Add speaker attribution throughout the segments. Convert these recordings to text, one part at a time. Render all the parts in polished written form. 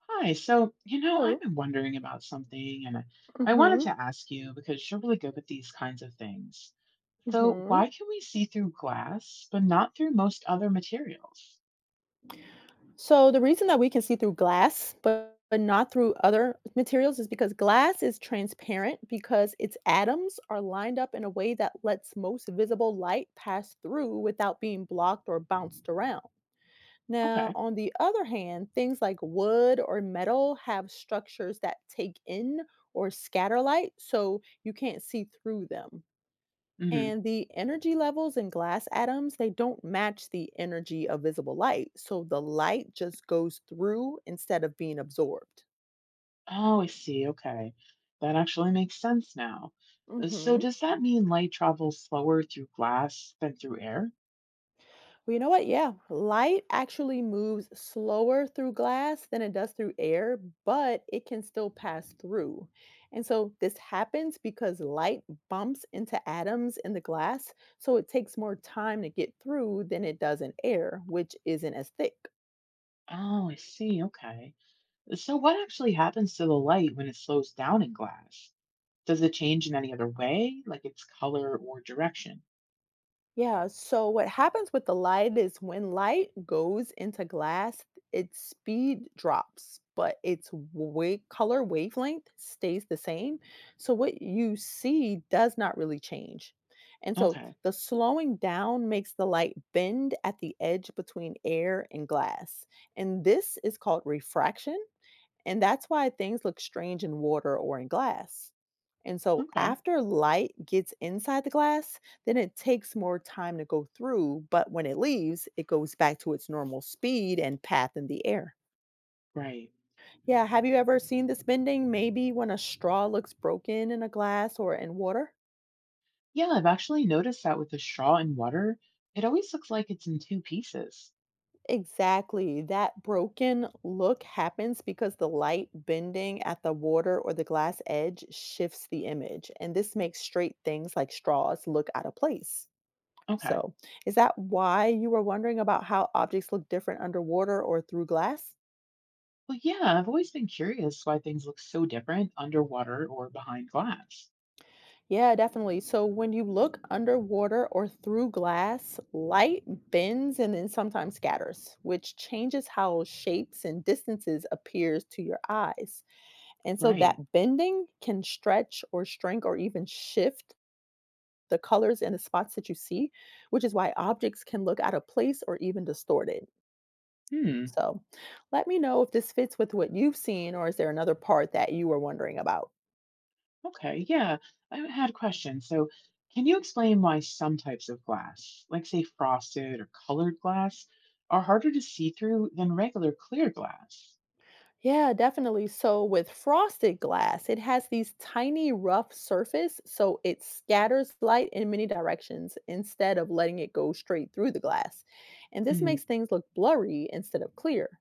Speaker 1: Hi. So, I've
Speaker 2: Hello.
Speaker 1: been wondering about something and I wanted
Speaker 2: Mhm.
Speaker 1: to ask you because you're really good with these kinds of things. So,
Speaker 2: Mhm.
Speaker 1: why can we see through glass but not through most other materials?
Speaker 2: So the reason that we can see through glass, but not through other materials is because glass is transparent because its atoms are lined up in a way that lets most visible light pass through without being blocked or bounced around. Now,
Speaker 1: Okay.
Speaker 2: on the other hand, things like wood or metal have structures that take in or scatter light, so you can't see through them.
Speaker 1: Hmm.
Speaker 2: And the energy levels in glass atoms, they don't match the energy of visible light. So the light just goes through instead of being absorbed.
Speaker 1: Oh, I see. Okay. That actually makes sense now. So,
Speaker 2: hmm
Speaker 1: does that mean light travels slower through glass than through air?
Speaker 2: Well, you know what? Yeah, light actually moves slower through glass than it does through air, but it can still pass through. And so this happens because light bumps into atoms in the glass, so it takes more time to get through than it does in air, which isn't as thick.
Speaker 1: Oh, I see. Okay. So, what actually happens to the light when it slows down in glass? Does it change in any other way, like its color or direction?
Speaker 2: Yeah, so what happens with the light is when light goes into glass, its speed drops, but its wave color wavelength stays the same. So what you see does not really change. And so
Speaker 1: Okay.
Speaker 2: the slowing down makes the light bend at the edge between air and glass. And this is called refraction. And that's why things look strange in water or in glass. And so
Speaker 1: Okay.
Speaker 2: after light gets inside the glass, then it takes more time to go through, but when it leaves, it goes back to its normal speed and path in the air.
Speaker 1: Right.
Speaker 2: Yeah, have you ever seen this bending maybe when a straw looks broken in a glass or in water?
Speaker 1: Yeah, I've actually noticed that with the straw and water, it always looks like it's in two pieces.
Speaker 2: Exactly. That broken look happens because the light bending at the water or the glass edge shifts the image, and this makes straight things like straws look out of place.
Speaker 1: Okay.
Speaker 2: So, is that why you were wondering about how objects look different underwater or through glass?
Speaker 1: Well, yeah, I've always been curious why things look so different underwater or behind glass.
Speaker 2: Yeah, definitely. So, when you look underwater or through glass, light bends and then sometimes scatters, which changes how shapes and distances appears to your eyes. And so
Speaker 1: Right.
Speaker 2: that bending can stretch or shrink or even shift the colors and the spots that you see, which is why objects can look out of place or even distorted.
Speaker 1: Hmm.
Speaker 2: So let me know if this fits with what you've seen, or is there another part that you were wondering about?
Speaker 1: Okay. Yeah, I had questions. So, can you explain why some types of glass, like say frosted or colored glass, are harder to see through than regular clear glass?
Speaker 2: Yeah, definitely. So with frosted glass, it has these tiny rough surface, so it scatters light in many directions instead of letting it go straight through the glass. And this
Speaker 1: Mm.
Speaker 2: makes things look blurry instead of clear.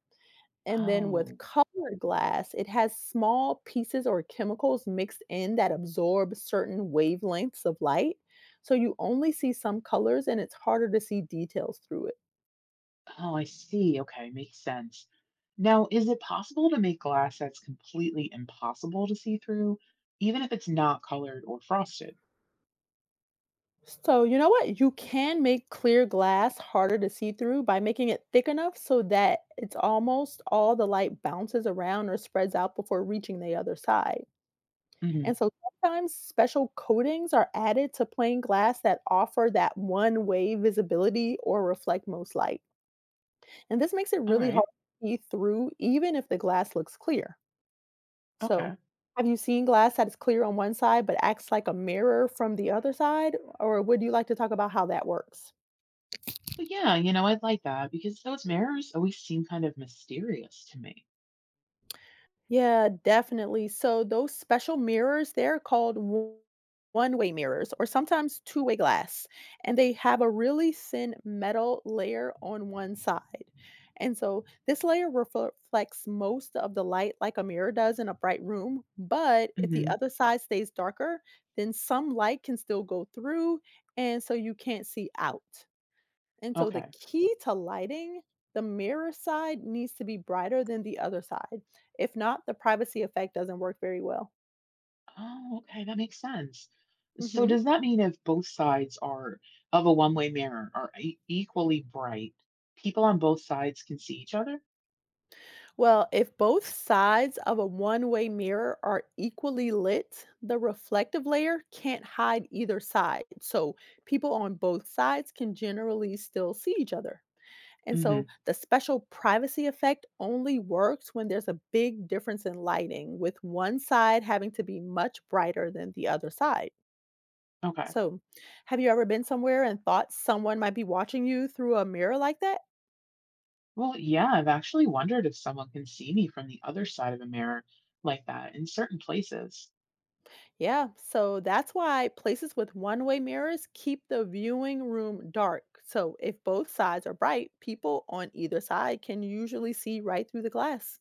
Speaker 2: And then with
Speaker 1: Oh.
Speaker 2: colored glass, it has small pieces or chemicals mixed in that absorb certain wavelengths of light. So you only see some colors and it's harder to see details through it.
Speaker 1: Oh, I see. Okay, makes sense. Now, is it possible to make glass that's completely impossible to see through, even if it's not colored or frosted?
Speaker 2: So, you know what? You can make clear glass harder to see through by making it thick enough so that it's almost all the light bounces around or spreads out before reaching the other side.
Speaker 1: Hmm.
Speaker 2: And so sometimes special coatings are added to plain glass that offer that one way visibility or reflect most light. And this makes it
Speaker 1: All
Speaker 2: really hard
Speaker 1: right.
Speaker 2: to see through even if the glass looks clear. So,
Speaker 1: Okay.
Speaker 2: have you seen glass that is clear on one side but acts like a mirror from the other side? Or would you like to talk about how that works?
Speaker 1: But yeah, you know, I'd like that because those mirrors always seem kind of mysterious to me.
Speaker 2: Yeah, definitely. So those special mirrors, they're called one-way mirrors or sometimes two-way glass, and they have a really thin metal layer on one side. And so this layer reflects most of the light like a mirror does in a bright room, but if the
Speaker 1: Hmm.
Speaker 2: other side stays darker, then some light can still go through, and so you can't see out. And so the
Speaker 1: Okay.
Speaker 2: key to lighting, the mirror side needs to be brighter than the other side. If not, the privacy effect doesn't work very well.
Speaker 1: Oh, okay. That makes sense. So,
Speaker 2: hmm
Speaker 1: does that mean if both sides are of a one-way mirror are equally bright, people on both sides can see each other?
Speaker 2: Well, if both sides of a one way mirror are equally lit, the reflective layer can't hide either side. So people on both sides can generally still see each other. And so
Speaker 1: Hmm.
Speaker 2: the special privacy effect only works when there's a big difference in lighting, with one side having to be much brighter than the other side.
Speaker 1: Okay.
Speaker 2: So, have you ever been somewhere and thought someone might be watching you through a mirror like that?
Speaker 1: Well, yeah, I've actually wondered if someone can see me from the other side of a mirror like that in certain places.
Speaker 2: Yeah, so that's why places with one way mirrors keep the viewing room dark. So, if both sides are bright, people on either side can usually see right through the glass.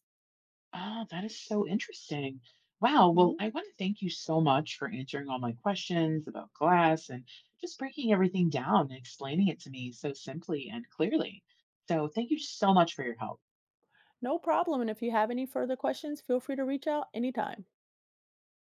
Speaker 1: Oh, that is so interesting. Wow. Well,
Speaker 2: Mhm.
Speaker 1: I want to thank you so much for answering all my questions about glass and just breaking everything down and explaining it to me so simply and clearly. So, thank you so much for your help.
Speaker 2: No problem. And if you have any further questions, feel free to reach out anytime.